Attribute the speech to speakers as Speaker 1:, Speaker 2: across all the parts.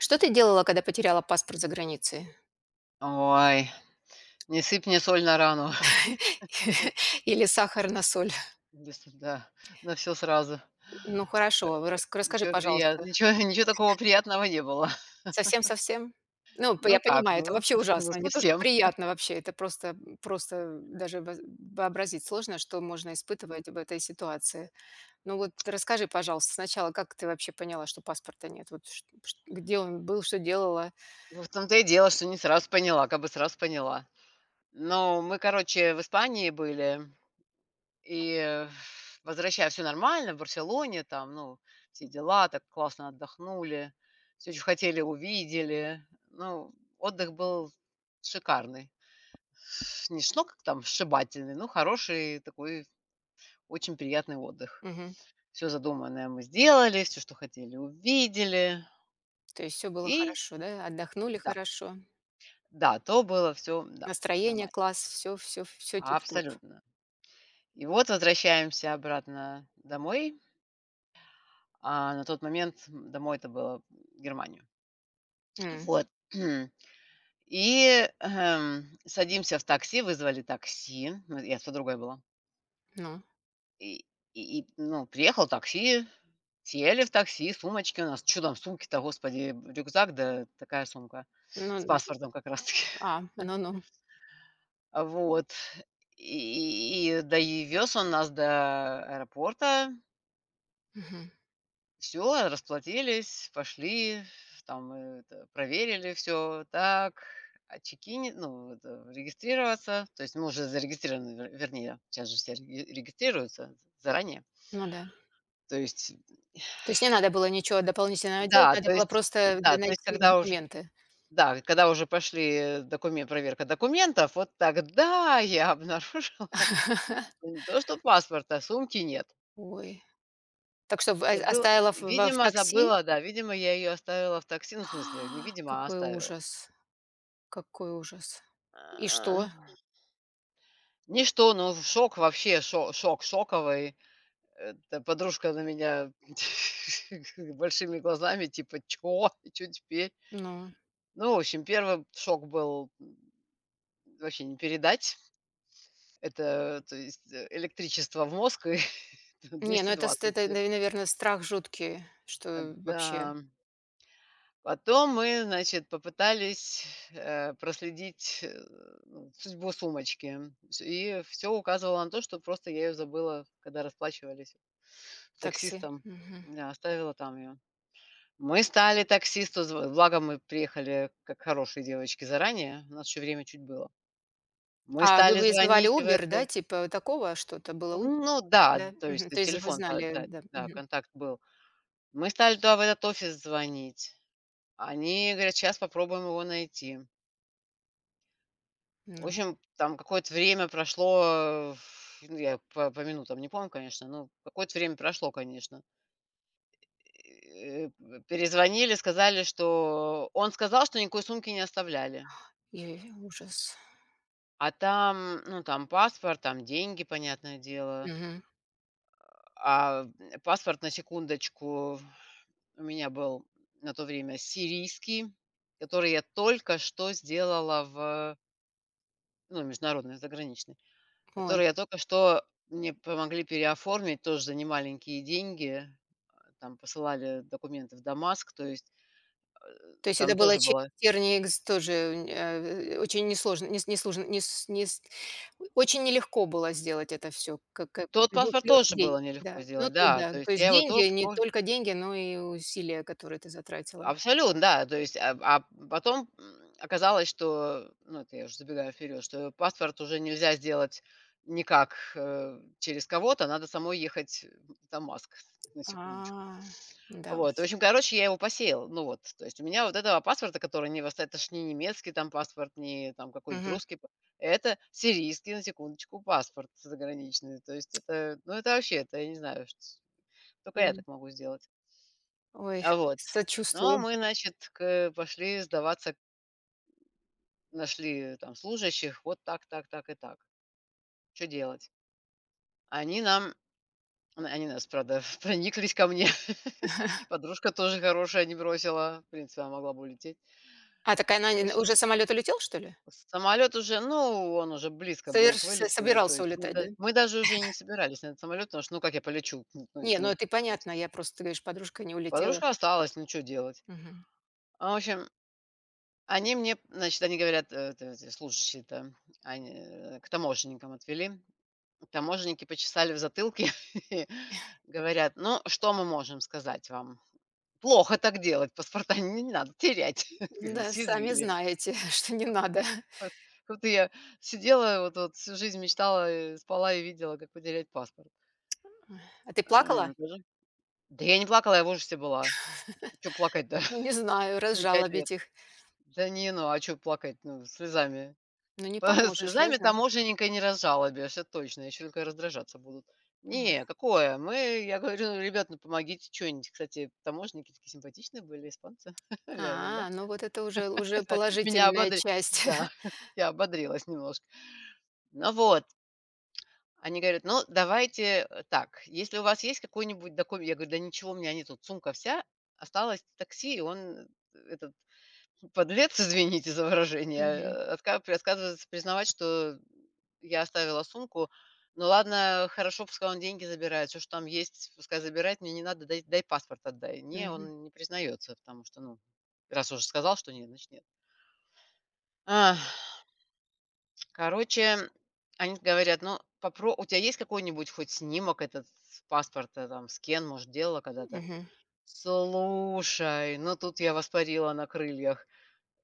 Speaker 1: Что ты делала, когда потеряла паспорт за границей?
Speaker 2: Ой, не сыпь мне соль на рану.
Speaker 1: Или сахар на соль?
Speaker 2: Без стыда. На все сразу.
Speaker 1: Ну хорошо, вы рас расскажи,
Speaker 2: Ничего приятного,
Speaker 1: пожалуйста.
Speaker 2: ничего ничего такого приятного не было.
Speaker 1: Совсем-совсем? Ну, п я
Speaker 2: Ну как,
Speaker 1: понимаю, это
Speaker 2: ну
Speaker 1: вообще
Speaker 2: ну
Speaker 1: ужасно. Не то, что
Speaker 2: совсем.
Speaker 1: приятно вообще, это просто даже воз вообразить сложно, что можно
Speaker 2: М,
Speaker 1: испытывать в этой ситуации. Ну вот расскажи, пожалуйста, сначала, как ты вообще поняла, что паспорта нет? Вот чт чт где он был, что делала?
Speaker 2: в том-то и дело, что не сразу поняла, как бы сразу поняла. Но мы, короче, в Испании были, и возвращая все нормально, в Барселоне там, ну, все дела, так классно отдохнули, все чё хотели, увидели. Ну, отдых был шикарный. Не шнок там сшибательный, но хороший такой, очень приятный отдых.
Speaker 1: Мгм.
Speaker 2: Все задуманное мы сделали, все, что хотели, увидели.
Speaker 1: То есть все было
Speaker 2: И
Speaker 1: хорошо, да? Отдохнули
Speaker 2: да,
Speaker 1: хорошо,
Speaker 2: да, то было все, да,
Speaker 1: настроение
Speaker 2: нормально.
Speaker 1: класс, все, все, все тип-топ.
Speaker 2: Абсолютно. И вот возвращаемся обратно домой, а на тот момент, домой это было в Германию.
Speaker 1: М,
Speaker 2: Вот. И, садимся в такси, вызвали такси. Ну, я с подругой была.
Speaker 1: ну.
Speaker 2: И и, ну, приехал такси, сели в такси, сумочки у нас. Чё там сумки-то, господи, рюкзак, да такая сумка с
Speaker 1: Ну
Speaker 2: паспортом как раз таки.
Speaker 1: а, ну-ну.
Speaker 2: Вот. И довез он нас до аэропорта.
Speaker 1: Мгм.
Speaker 2: Все расплатились, пошли, там это проверили все, так, отчекини, ну, это, регистрироваться. То есть мы уже зарегистрированы, вернее, сейчас же все регистрируются заранее.
Speaker 1: Ну да.
Speaker 2: То есть,
Speaker 1: То есть не надо было ничего дополнительного делать,
Speaker 2: да,
Speaker 1: надо
Speaker 2: то
Speaker 1: было
Speaker 2: есть
Speaker 1: просто д
Speaker 2: да, то есть
Speaker 1: найти
Speaker 2: когда уже
Speaker 1: документы.
Speaker 2: да, когда уже пошли документ, проверка документов, вот тогда я обнаружила не то, что паспорта, сумки нет.
Speaker 1: Ой. Так что
Speaker 2: Забыла,
Speaker 1: оставила в во в
Speaker 2: видимо,
Speaker 1: такси?
Speaker 2: забыла, да, видимо, я ее оставила в такси, ну, в смысле, не
Speaker 1: А,
Speaker 2: видимо, а
Speaker 1: какой
Speaker 2: оставила.
Speaker 1: ужас, какой ужас. И
Speaker 2: А,
Speaker 1: что?
Speaker 2: ничто, ну, шок вообще, шо шок шоковый. Эта подружка на меня большими глазами, типа: «Чё? Чё теперь?»
Speaker 1: Ну.
Speaker 2: Ну, в общем, первый шок был, вообще не передать. Это, то есть, электричество в мозг и
Speaker 1: Не, ну это ст
Speaker 2: 220.
Speaker 1: это, наверное, страх жуткий, что
Speaker 2: Да.
Speaker 1: вообще
Speaker 2: Потом мы, значит, попытались, проследить, ну, судьбу сумочки. Всё и все указывало на то, что просто я ее забыла, когда расплачивались с
Speaker 1: такси.
Speaker 2: таксистом.
Speaker 1: Мгм.
Speaker 2: Да, оставила там ее. Мы стали таксисту зв, благо мы приехали как хорошие девочки заранее, у нас еще время чуть было. Мы
Speaker 1: А вы
Speaker 2: стали
Speaker 1: вызывали
Speaker 2: звонить в
Speaker 1: "Убер", да,
Speaker 2: эту.
Speaker 1: типа такого что-то? Было "Убер",
Speaker 2: Ну да,
Speaker 1: да?
Speaker 2: то есть
Speaker 1: Мгм. То есть вы
Speaker 2: телефон, а,
Speaker 1: знали,
Speaker 2: да,
Speaker 1: да.
Speaker 2: да,
Speaker 1: Мгм.
Speaker 2: контакт был. Мы стали туда, в этот офис звонить. Они говорят: «Сейчас попробуем его найти». В
Speaker 1: Ну,
Speaker 2: общем, там какое-то время прошло, ф ну, я по минутам не помню, конечно, но какое-то время прошло, конечно. Э, Перезвонили, сказали, что он сказал, что никакой сумки не оставляли.
Speaker 1: ой ужас.
Speaker 2: А там, ну, там паспорт, там деньги, понятное дело.
Speaker 1: Мгм.
Speaker 2: А, паспорт, на секундочку, у меня был на то время сирийский, который я только что сделала в, ну, международный, заграничный,
Speaker 1: Ой.
Speaker 2: который я только что, мне помогли переоформить тоже за немаленькие деньги. Там посылали документы в Дамаск, то есть,
Speaker 1: То есть это
Speaker 2: там
Speaker 1: было
Speaker 2: тоже
Speaker 1: через
Speaker 2: было.
Speaker 1: тернии к тоже, очень несложно нес нес очень нелегко было сделать это все как
Speaker 2: Тот паспорт
Speaker 1: плюс
Speaker 2: тоже было
Speaker 1: деньги, да.
Speaker 2: нелегко
Speaker 1: Ну,
Speaker 2: сделать,
Speaker 1: тут
Speaker 2: да.
Speaker 1: да,
Speaker 2: То
Speaker 1: то
Speaker 2: есть
Speaker 1: есть
Speaker 2: я его
Speaker 1: деньги,
Speaker 2: только.
Speaker 1: не только деньги, но и усилия, которые ты затратила.
Speaker 2: Абсолютно, да. То есть, а потом, оказалось, что, ну, это я уже забегаю вперед, что паспорт уже нельзя сделать никак, через кого-то, надо самой ехать в Дамаск, на секундочку.
Speaker 1: А, да уж.
Speaker 2: Вот, в общем, короче, я его посеял. Ну вот, то есть у меня вот этого паспорта, который не вос, это ж не немецкий там паспорт, не там какой-нибудь
Speaker 1: Мгм,
Speaker 2: русский, п, это сирийский, на секундочку, паспорт заграничный. То есть это, ну, это вообще, это я не знаю, что только я
Speaker 1: мгм.
Speaker 2: так могу сделать.
Speaker 1: Ой,
Speaker 2: А вот. Но
Speaker 1: сочувствую.
Speaker 2: мы, значит, к, пошли сдаваться, нашли там служащих, вот так, так, так и так. Что делать? Они нам, они нас, правда, прониклись ко мне. Подружка тоже хорошая, не бросила. В принципе, она могла бы улететь.
Speaker 1: А, так она
Speaker 2: В
Speaker 1: не
Speaker 2: общем,
Speaker 1: уже самолет улетел, что ли?
Speaker 2: самолет уже, ну, он уже близко был к
Speaker 1: Соверш с
Speaker 2: вылету. То
Speaker 1: собирался
Speaker 2: есть мы,
Speaker 1: улетать, да?
Speaker 2: да, мы даже уже и не собирались на этот самолет, потому что, ну, как я полечу, ну,
Speaker 1: Не,
Speaker 2: если
Speaker 1: ну
Speaker 2: мы,
Speaker 1: это и
Speaker 2: то есть.
Speaker 1: понятно, я просто, ты говоришь, подружка не улетела.
Speaker 2: Подружка осталась, ну, что делать.
Speaker 1: Мгм.
Speaker 2: А, в общем, они мне, значит, они говорят, т, эти служащие-то, они, к таможенникам отвели. Таможенники почесали в затылке и говорят: «Ну, что мы можем сказать вам? Плохо так делать, паспорта не надо терять».
Speaker 1: Ну
Speaker 2: Как
Speaker 1: да, сами
Speaker 2: съязвили.
Speaker 1: знаете, что не надо.
Speaker 2: Вот как будто я сидела, вот всю жизнь мечтала, спала и видела, как потерять паспорт.
Speaker 1: А ты плакала?
Speaker 2: М, тоже. Да я не плакала, я в ужасе была. Чё плакать-то?
Speaker 1: Ну, не знаю,
Speaker 2: Не 5 лет.
Speaker 1: разжалобить их.
Speaker 2: Да не, ну а чё плакать? Ну, слезами.
Speaker 1: Ну, не поможешь, я
Speaker 2: Слезами
Speaker 1: знаю.
Speaker 2: таможенника не разжалобишь, это точно, еще только раздражаться будут. Не,
Speaker 1: Ой.
Speaker 2: какое? Мы, я говорю: «Ну, ребят, ну помогите что нибудь Кстати, таможенники такие симпатичные были, испанцы. Ля-ля-ля.
Speaker 1: А, ну вот это уже
Speaker 2: Меня
Speaker 1: положительная
Speaker 2: ободрили.
Speaker 1: часть.
Speaker 2: Да, я ободрилась немножко. Ну вот, они говорят: «Ну, давайте, так, если у вас есть какой-нибудь документ». Я говорю: «Да ничего у меня нету, сумка вся, осталось такси». И он, этот подлец, извините за выражение,
Speaker 1: Мгм,
Speaker 2: отка, при-, отказывается признавать, что я оставила сумку. Ну ладно, хорошо, пускай он деньги забирает, все, что там есть, пускай забирает, мне не надо, дай паспорт отдай. Не,
Speaker 1: мгм,
Speaker 2: он не признается, потому что, ну, раз уже сказал, что нет, значит нет. Ах, короче, они говорят: «Ну, попро, у тебя есть какой-нибудь хоть снимок этот с паспорта, там, скен, может, делала когда-то?»
Speaker 1: мгм.
Speaker 2: Слушай, ну тут я воспарила на крыльях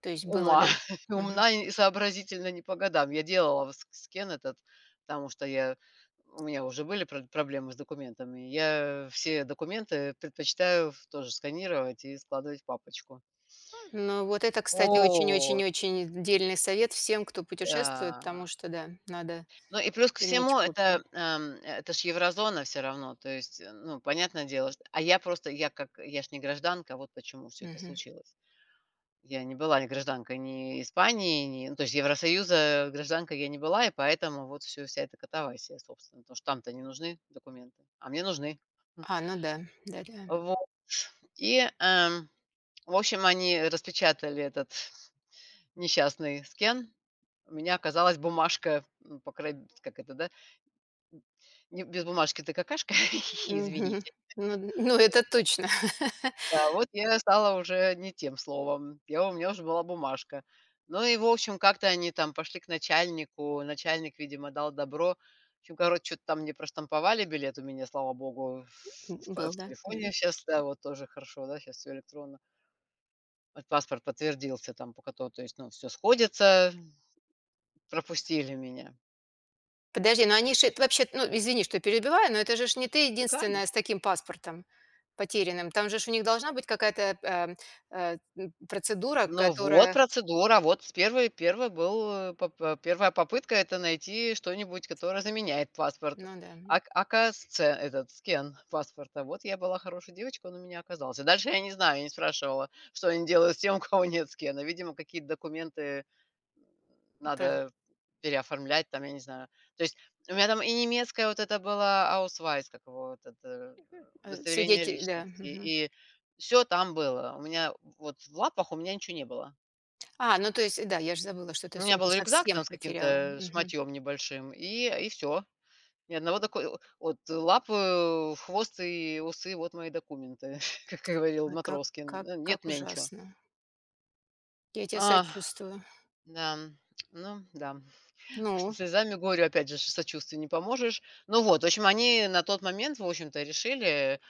Speaker 1: То есть было,
Speaker 2: ума.
Speaker 1: да? Мгм.
Speaker 2: Умна и сообразительна не по годам. Я делала вот ск скен этот, потому что я у меня уже были прод проблемы с документами. Я все документы предпочитаю в, тоже сканировать и складывать в папочку.
Speaker 1: Ну, вот это, кстати,
Speaker 2: Вот,
Speaker 1: очень-очень-очень дельный совет всем, кто путешествует,
Speaker 2: да.
Speaker 1: потому что, да, надо
Speaker 2: Ну и плюс ко
Speaker 1: иметь
Speaker 2: всему
Speaker 1: копию.
Speaker 2: это ж еврозона все равно. То есть, ну, понятное дело, что, а я просто, я как, я ж не гражданка, вот почему все это
Speaker 1: Мгм.
Speaker 2: случилось. Я не была ни гражданкой ни Испании, ни, ну, то есть Евросоюза гражданкой я не была, и поэтому вот все, вся эта катавасия, собственно, потому что там-то не нужны документы, а мне нужны.
Speaker 1: А, ну да, да-да.
Speaker 2: Вот. И, в общем, они распечатали этот несчастный скен. У меня оказалась бумажка, по край, как это, да, не без бумажки ты какашка,
Speaker 1: Мгм.
Speaker 2: извините.
Speaker 1: Ну ну, это точно.
Speaker 2: Да, вот я стала уже не тем словом. Я, у меня уже была бумажка. Ну и, в общем, как-то они там пошли к начальнику. Начальник, видимо, дал добро. В общем, короче, что то там мне проштамповали, билет у меня, слава богу, в в
Speaker 1: Был,
Speaker 2: в
Speaker 1: да.
Speaker 2: телефоне, сейчас да, вот тоже хорошо, да, сейчас все электронно. Вот паспорт подтвердился там, по кото, то есть, ну, все сходится, пропустили меня.
Speaker 1: Подожди, ну они же это вообще, ну, извини, что перебиваю, но это же ж не ты единственная с таким паспортом потерянным. Там же ж у них должна быть какая-то, процедура,
Speaker 2: Ну вот
Speaker 1: которая,
Speaker 2: процедура, вот с первой, первый был, поп, первая попытка — это найти что-нибудь, которое заменяет паспорт.
Speaker 1: ну да,
Speaker 2: Ак, АКСЦ этот, скен паспорта. Вот я была хорошей девочкой, он у меня оказался. Дальше я не знаю, я не спрашивала, что они делают с тем, у кого нет скена. Видимо, какие-то документы
Speaker 1: пр
Speaker 2: надо переоформлять там, я не знаю. То есть у меня там и немецкая, вот это было Ausweis, как его, вот это, удостоверение
Speaker 1: свидете, да,
Speaker 2: личности,
Speaker 1: мгм.
Speaker 2: и все там было. У меня вот в лапах у меня ничего не было.
Speaker 1: А, ну, то есть, да, я же забыла, что
Speaker 2: У
Speaker 1: ты
Speaker 2: меня
Speaker 1: сумку
Speaker 2: был рюкзак
Speaker 1: совсем
Speaker 2: там с
Speaker 1: потеряла.
Speaker 2: каким-то
Speaker 1: Мгм.
Speaker 2: шматьём небольшим, и все. Ни одного доку, вот лапы, хвост и усы — вот мои документы, как говорил
Speaker 1: Ой, как
Speaker 2: Матроскин.
Speaker 1: как
Speaker 2: Нет
Speaker 1: как
Speaker 2: у меня ничего.
Speaker 1: ужасно. Я тебя
Speaker 2: А,
Speaker 1: сочувствую.
Speaker 2: да, ну да. С
Speaker 1: Ну?
Speaker 2: слезами горю, опять же ж, сочувствию не поможешь. Ну вот, в общем, они на тот момент, в общем-то, решили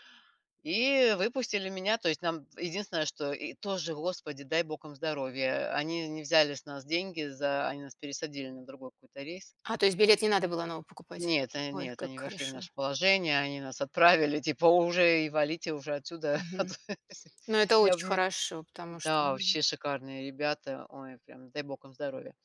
Speaker 2: и выпустили меня. То есть нам единственное, что, и тоже, Господи, дай Бог им здоровья. Они не взяли с нас деньги за, они нас пересадили на другой какой-то рейс.
Speaker 1: А, то есть билет не надо было новый покупать?
Speaker 2: Нет,
Speaker 1: Ой,
Speaker 2: нет,
Speaker 1: как
Speaker 2: они вошли в
Speaker 1: хорошо.
Speaker 2: наше положение, они нас отправили, типа, уже и валите уже отсюда. А то
Speaker 1: Мгм. Ну, это
Speaker 2: я
Speaker 1: очень
Speaker 2: б.
Speaker 1: хорошо, потому что,
Speaker 2: Да, вообще шикарные ребята. Ой, прям дай Бог им здоровья.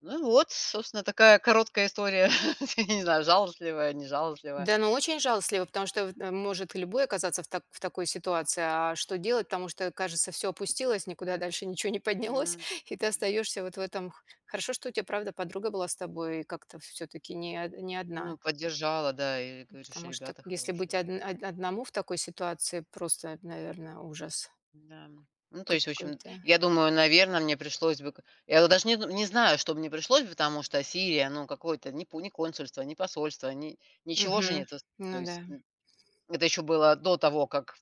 Speaker 2: Ну вот, собственно, такая короткая история. Я не знаю, жалостливая, не жалостливая.
Speaker 1: да, ну очень жалостливо, потому что может любой оказаться в, так- в такой ситуации. А что делать? Потому что, кажется, все опустилось, никуда дальше ничего не поднялось,
Speaker 2: Ну
Speaker 1: и ты остаешься вот в этом. Х- Хорошо, что у тебя, правда, подруга была с тобой, и как-то все-таки не, од- не
Speaker 2: ну,
Speaker 1: одна.
Speaker 2: поддержала, да, и говоришь:
Speaker 1: Потому что
Speaker 2: «Ребята
Speaker 1: если быть
Speaker 2: хорошие».
Speaker 1: одному в такой ситуации, просто, наверное, ужас
Speaker 2: Да. Ну, то есть, в общем,
Speaker 1: какой-то.
Speaker 2: я думаю, наверное, мне пришлось бы к, я вот даже не д, не знаю, что бы мне пришлось бы, потому что Сирия, ну, какое-то ни по, ни консульство, ни посольство, ни ничего же
Speaker 1: Мгм.
Speaker 2: нет. То
Speaker 1: Ну да,
Speaker 2: есть, это еще было до того, как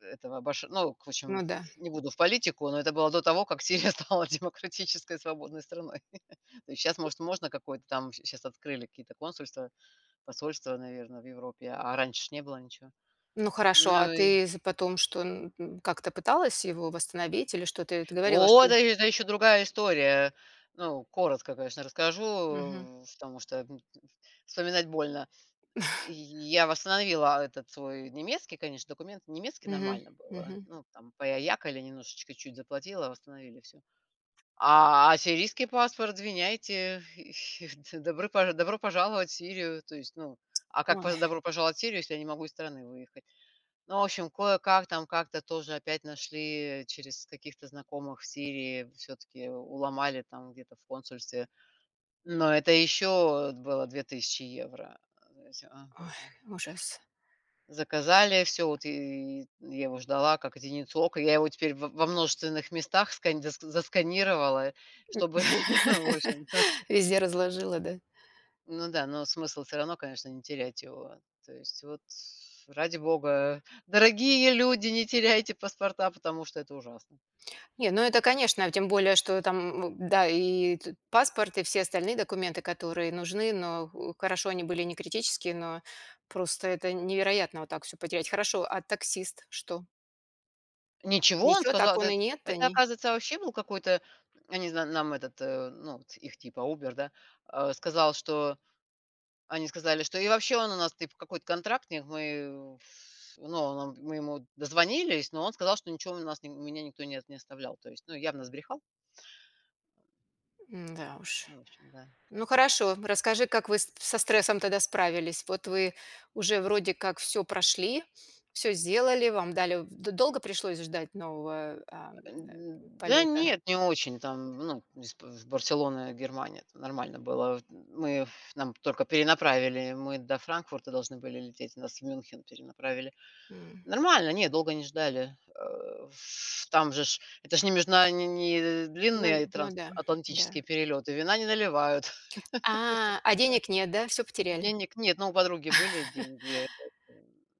Speaker 2: этого Баш, ну, в общем,
Speaker 1: ну да.
Speaker 2: не буду в политику, но это было до того, как Сирия стала демократической свободной страной. Сейчас, может, можно какое-то там, сейчас открыли какие-то консульства, посольства, наверное, в Европе, а раньше ж не было ничего.
Speaker 1: Ну хорошо, а
Speaker 2: Ну и
Speaker 1: ты потом что, как-то пыталась его восстановить или что ты, ты говорила, что...
Speaker 2: вот, это еще другая история. Ну, коротко, конечно,
Speaker 1: Мгм.
Speaker 2: расскажу, потому что, вспоминать больно. И я восстановила этот свой немецкий, конечно, документ. Немецкий
Speaker 1: Мгм.
Speaker 2: нормально было.
Speaker 1: Мгм.
Speaker 2: Ну, там поякали немножечко, чуть заплатила, восстановили все. А ассирийский паспорт, извиняйте, добро пож, добро пожаловать в Сирию. То есть, ну, а как
Speaker 1: Ой,
Speaker 2: поз, добро пожаловать в Сирию, если я не могу из страны выехать? Ну, в общем, кое-как там как-то тоже опять нашли через каких-то знакомых в Сирии, все таки уломали там где-то в консульстве. Но это еще было 2000 евро.
Speaker 1: ой,
Speaker 2: Боже.
Speaker 1: ужас.
Speaker 2: Заказали все, вот и я его ждала как единицу, ока. Я его теперь во множественных местах скань, заск, засканировала, чтобы, ну, в общем-то.
Speaker 1: Везде разложила, да?
Speaker 2: Ну да, но смысл все равно, конечно, не терять его. То есть вот ради бога, дорогие люди, не теряйте паспорта, потому что это ужасно.
Speaker 1: Не, ну это, конечно, тем более, что там, да, и паспорт, и все остальные документы, которые нужны, но хорошо, они были не критические, но просто это невероятно вот так все потерять. Хорошо, а таксист что?
Speaker 2: Ничего, он
Speaker 1: Ничего,
Speaker 2: сказал,
Speaker 1: так
Speaker 2: да,
Speaker 1: он и
Speaker 2: это
Speaker 1: нет,
Speaker 2: это,
Speaker 1: они.
Speaker 2: оказывается, вообще был какой-то, я не знаю, нам этот, ну, вот их типа Uber, да, сказал, что они сказали, что, и вообще он у нас типа какой-то контрактник, мы, ф ну, он, мы ему дозвонились, но он сказал, что ничего у нас, ни у меня никто не от, не оставлял. То есть, ну, явно сбрехал.
Speaker 1: Да уж.
Speaker 2: Ну, в общем, да.
Speaker 1: Ну хорошо, расскажи, как вы со стрессом тогда справились? Вот вы уже вроде как все прошли, все сделали, вам дали... Долго пришлось ждать нового
Speaker 2: Н да
Speaker 1: полета?
Speaker 2: нет, не очень там, ну, из п, в Барселоны, Германия, это нормально было. Мы, ф нам только перенаправили, мы до Франкфурта должны были лететь, нас в Мюнхен перенаправили.
Speaker 1: М,
Speaker 2: Нормально, нет, долго не ждали. Э, ф там же ж, это же не межна, не
Speaker 1: ну,
Speaker 2: длинные
Speaker 1: ну
Speaker 2: транс
Speaker 1: да, да.
Speaker 2: атлантические перелеты, вина не наливают. То есть
Speaker 1: А денег нет, да? Все потеряли?
Speaker 2: денег нет, но у подруги были деньги. э,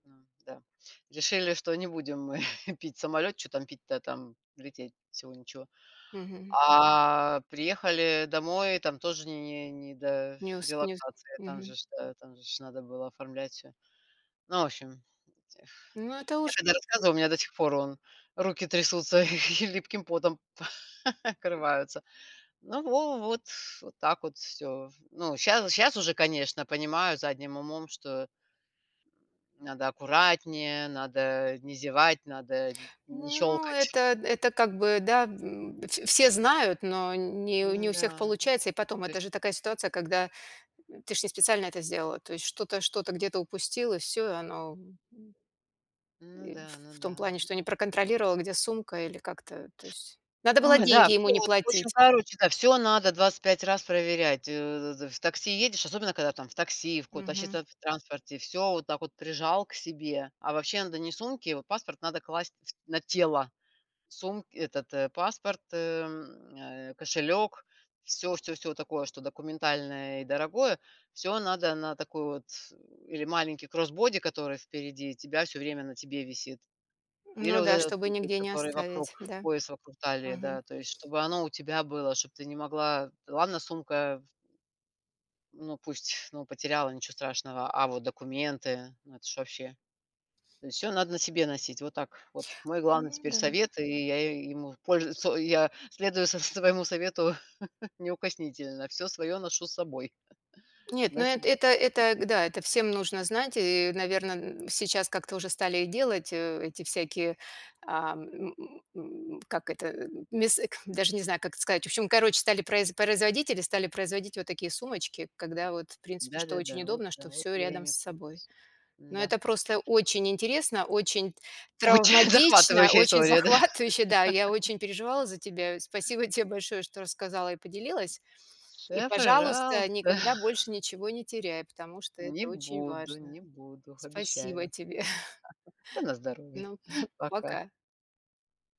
Speaker 2: ну да. Решили, что не будем мы пить самолет, что там пить-то, там лететь всего ничего.
Speaker 1: Мгм.
Speaker 2: А приехали домой, там тоже не до
Speaker 1: Не усп- не усп-
Speaker 2: релаксации, там же
Speaker 1: мгм.
Speaker 2: ж, да, там же ж надо было оформлять все. Ну, в общем, этих,
Speaker 1: Ну это
Speaker 2: я
Speaker 1: уж...
Speaker 2: когда рассказываю, у меня до сих пор он руки трясутся и липким потом покрываются. Ну, во вот вот так вот все. Ну, сейчас уже, конечно, понимаю задним умом, что надо аккуратнее, надо не зевать, надо не
Speaker 1: Ну,
Speaker 2: щёлкать.
Speaker 1: это как бы, да, все знают, но не,
Speaker 2: Ну
Speaker 1: не у всех
Speaker 2: да,
Speaker 1: получается. И потом,
Speaker 2: то
Speaker 1: это
Speaker 2: есть,
Speaker 1: же такая ситуация, когда ты ж не специально это сделала. То есть что-то где-то упустил, и всё, и оно, м,
Speaker 2: ну
Speaker 1: и
Speaker 2: да, ну
Speaker 1: в
Speaker 2: да.
Speaker 1: том плане, что не
Speaker 2: Ну,
Speaker 1: проконтролировала, где сумка или как-то, то есть надо было
Speaker 2: ой, да,
Speaker 1: деньги ему
Speaker 2: всё
Speaker 1: не
Speaker 2: вот, в общем,
Speaker 1: платить.
Speaker 2: короче, да, все надо 25 раз проверять. Э, з в такси едешь, особенно когда там в такси, в каком-то
Speaker 1: Мгм.
Speaker 2: общественном транспорте, все вот так вот прижал к себе. А вообще надо не сумки, вот паспорт надо класть в, на тело. Сумк, этот, паспорт, кошелек, все такое, что документальное и дорогое, все надо на такой вот, или маленький кроссбоди, который впереди тебя, все время на тебе висит, или
Speaker 1: Ну
Speaker 2: вот
Speaker 1: да,
Speaker 2: этот,
Speaker 1: чтобы
Speaker 2: вот,
Speaker 1: нигде не
Speaker 2: который вокруг,
Speaker 1: оставить, да.
Speaker 2: пояс вокруг талии,
Speaker 1: Мгм.
Speaker 2: да. То есть чтобы оно у тебя было, чтобы ты не могла, ладно, сумка, ну, пусть, ну, потеряла, ничего страшного, а вот документы, ну, это ж вообще. Все надо на себе носить. Вот так вот. Мой главный
Speaker 1: Ну
Speaker 2: теперь
Speaker 1: да.
Speaker 2: совет, и я е, ему пользуюсь, со, я следую с своему совету неукоснительно. Все свое ношу с собой,
Speaker 1: Нет, ну
Speaker 2: на
Speaker 1: это
Speaker 2: себе.
Speaker 1: это это, да, это всем нужно знать. И, наверное, сейчас как-то уже стали и делать, эти всякие, а, м, как это, м, мес эк даже не знаю, как это сказать. В общем, короче, стали производители стали производить вот такие сумочки, когда вот, в принципе, что очень
Speaker 2: Да-да-да, вот,
Speaker 1: удобно,
Speaker 2: да,
Speaker 1: что
Speaker 2: вот
Speaker 1: все
Speaker 2: я
Speaker 1: рядом с
Speaker 2: ими
Speaker 1: собой.
Speaker 2: пользуюсь.
Speaker 1: Но
Speaker 2: М-да.
Speaker 1: это просто очень интересно, очень
Speaker 2: Ой,
Speaker 1: травматично,
Speaker 2: захватывающая
Speaker 1: очень
Speaker 2: история, да?
Speaker 1: захватывающе. Да, я очень переживала за тебя. Спасибо тебе большое, что рассказала и поделилась. И,
Speaker 2: Да,
Speaker 1: пожалуйста,
Speaker 2: пожалуйста.
Speaker 1: никогда больше ничего не теряй, потому что
Speaker 2: Не
Speaker 1: это очень
Speaker 2: буду,
Speaker 1: важно.
Speaker 2: не буду,
Speaker 1: Спасибо
Speaker 2: обещаю.
Speaker 1: тебе.
Speaker 2: Да на здоровье.
Speaker 1: Ну,
Speaker 2: Пока.
Speaker 1: пока.